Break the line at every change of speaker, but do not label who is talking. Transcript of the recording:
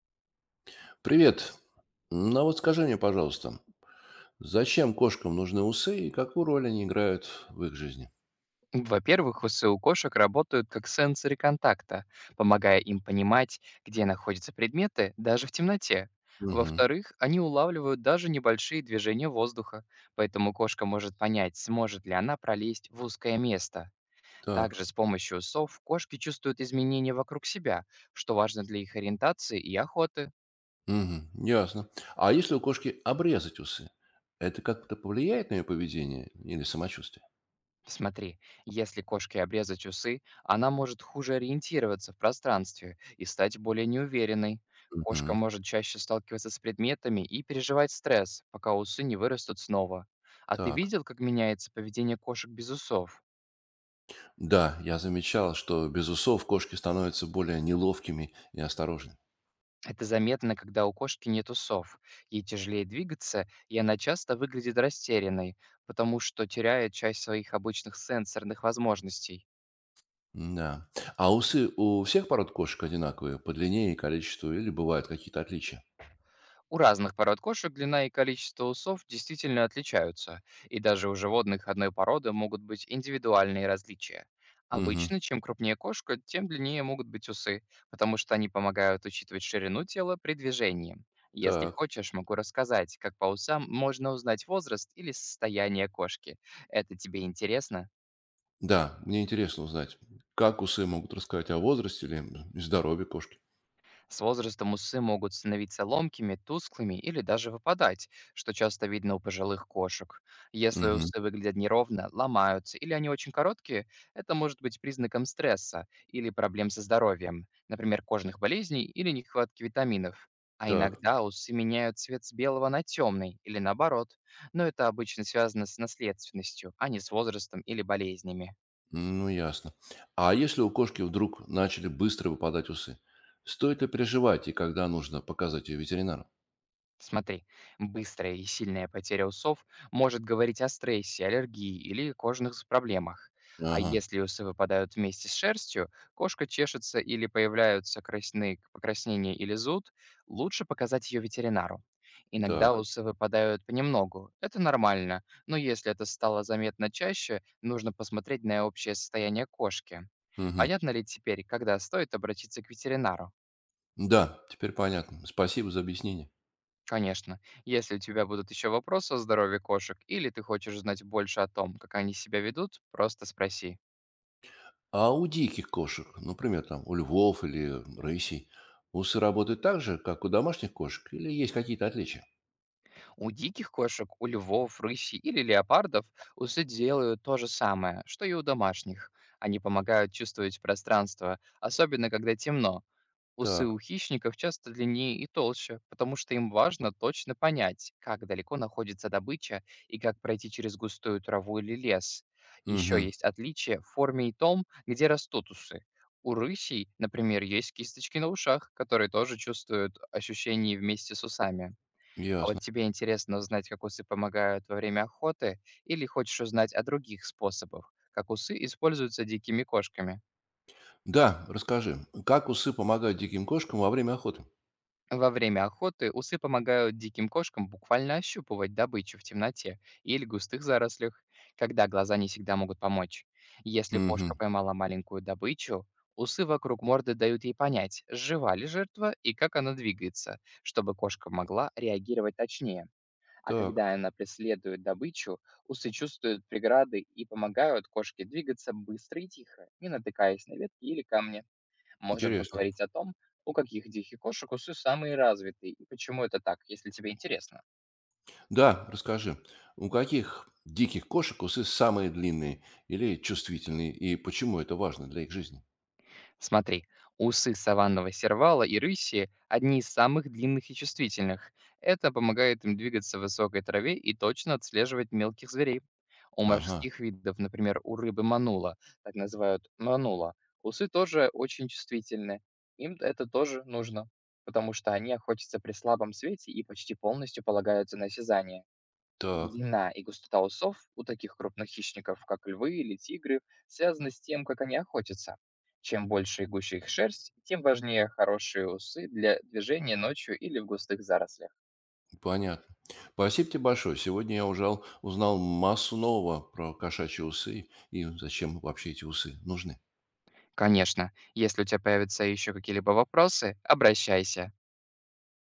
Привет. Ну а вот скажи мне, пожалуйста, зачем кошкам нужны усы и какую роль они играют в их жизни?
Во-первых, усы у кошек работают как сенсоры контакта, помогая им понимать, где находятся предметы, даже в темноте.
Мгм.
Во-вторых, они улавливают даже небольшие движения воздуха, поэтому кошка может понять, сможет ли она пролезть в узкое место.
Так.
Также с помощью усов кошки чувствуют изменения вокруг себя, что важно для их ориентации и охоты.
Мгм. Ясно. А если у кошки обрезать усы, это как-то повлияет на ее поведение или самочувствие?
Смотри, если кошке обрезать усы, она может хуже ориентироваться в пространстве и стать более неуверенной. Кошка
Мгм.
может чаще сталкиваться с предметами и переживать стресс, пока усы не вырастут снова. А ты
Так.
видел, как меняется поведение кошек без усов?
Да, я замечал, что без усов кошки становятся более неловкими и осторожными.
Это заметно, когда у кошки нет усов. Ей тяжелее двигаться, и она часто выглядит растерянной, потому что теряет часть своих обычных сенсорных возможностей.
Да. А усы у всех пород кошек одинаковые по длине и количеству или бывают какие-то отличия?
У разных пород кошек длина и количество усов действительно отличаются, и даже у животных одной породы могут быть индивидуальные различия.
Мгм.
Обычно, чем крупнее кошка, тем длиннее могут быть усы, потому что они помогают учитывать ширину тела при движении. Если
Так.
хочешь, могу рассказать, как по усам можно узнать возраст или состояние кошки. Это тебе интересно?
Да, мне интересно узнать, как усы могут рассказать о возрасте или здоровье кошки.
С возрастом усы могут становиться ломкими, тусклыми или даже выпадать, что часто видно у пожилых кошек. Если
Мгм.
усы выглядят неровно, ломаются или они очень короткие, это может быть признаком стресса или проблем со здоровьем, например, кожных болезней или нехватки витаминов. А
Так,
иногда усы меняют цвет с белого на темный или наоборот, но это обычно связано с наследственностью, а не с возрастом или болезнями.
ну ясно. А если у кошки вдруг начали быстро выпадать усы, стоит ли переживать и когда нужно показать ее ветеринару?
Смотри, быстрая и сильная потеря усов может говорить о стрессе, аллергии или кожных проблемах. А
Ага,
если усы выпадают вместе с шерстью, кошка чешется или появляются красные покраснения или зуд, лучше показать ее ветеринару. Иногда
так.
усы выпадают понемногу. Это нормально, но если это стало заметно чаще, нужно посмотреть на общее состояние кошки.
Мгм.
Понятно ли теперь, когда стоит обратиться к ветеринару?
Да, теперь понятно. Спасибо за объяснение.
Конечно. Если у тебя будут еще вопросы о здоровье кошек или ты хочешь знать больше о том, как они себя ведут, просто спроси.
А у диких кошек, например, там у львов или рысей, усы работают так же, как у домашних кошек, или есть какие-то отличия?
У диких кошек, у львов, рысей или леопардов усы делают то же самое, что и у домашних. Они помогают чувствовать пространство, особенно когда темно. Усы
Так,
у хищников часто длиннее и толще, потому что им важно точно понять, как далеко находится добыча и как пройти через густую траву или лес. Еще
угу,
есть отличие в форме и том, где растут усы. У рысей, например, есть кисточки на ушах, которые тоже чувствуют ощущение вместе с усами. А вот
ясно.
тебе интересно узнать, как усы помогают во время охоты, или хочешь узнать о других способах, как усы используются дикими кошками?
Да, расскажи, как усы помогают диким кошкам во время охоты?
Во время охоты усы помогают диким кошкам буквально ощупывать добычу в темноте или густых зарослях, когда глаза не всегда могут помочь. Если
Угу,
кошка поймала маленькую добычу, усы вокруг морды дают ей понять, жива ли жертва и как она двигается, чтобы кошка могла реагировать точнее. А
так,
когда она преследует добычу, усы чувствуют преграды и помогают кошке двигаться быстро и тихо, не натыкаясь на ветки или камни. Можем
интересно.
поговорить о том, у каких диких кошек усы самые развитые и почему это так, если тебе интересно.
Да, расскажи, у каких диких кошек усы самые длинные или чувствительные, и почему это важно для их жизни?
Смотри, усы саванного сервала и рыси — одни из самых длинных и чувствительных. Это помогает им двигаться в высокой траве и точно отслеживать мелких зверей. У
Ага,
морских видов, например, у рыбы манула, так называют манула, усы тоже очень чувствительны. Им это тоже нужно, потому что они охотятся при слабом свете и почти полностью полагаются на осязание.
так,
Длина и густота усов у таких крупных хищников, как львы или тигры, связаны с тем, как они охотятся. Чем больше и гуще их шерсть, тем важнее хорошие усы для движения ночью или в густых зарослях.
понятно. Спасибо тебе большое. Сегодня я ужал, узнал массу нового про кошачьи усы и зачем вообще эти усы нужны.
Конечно, если у тебя появятся еще какие-либо вопросы, обращайся.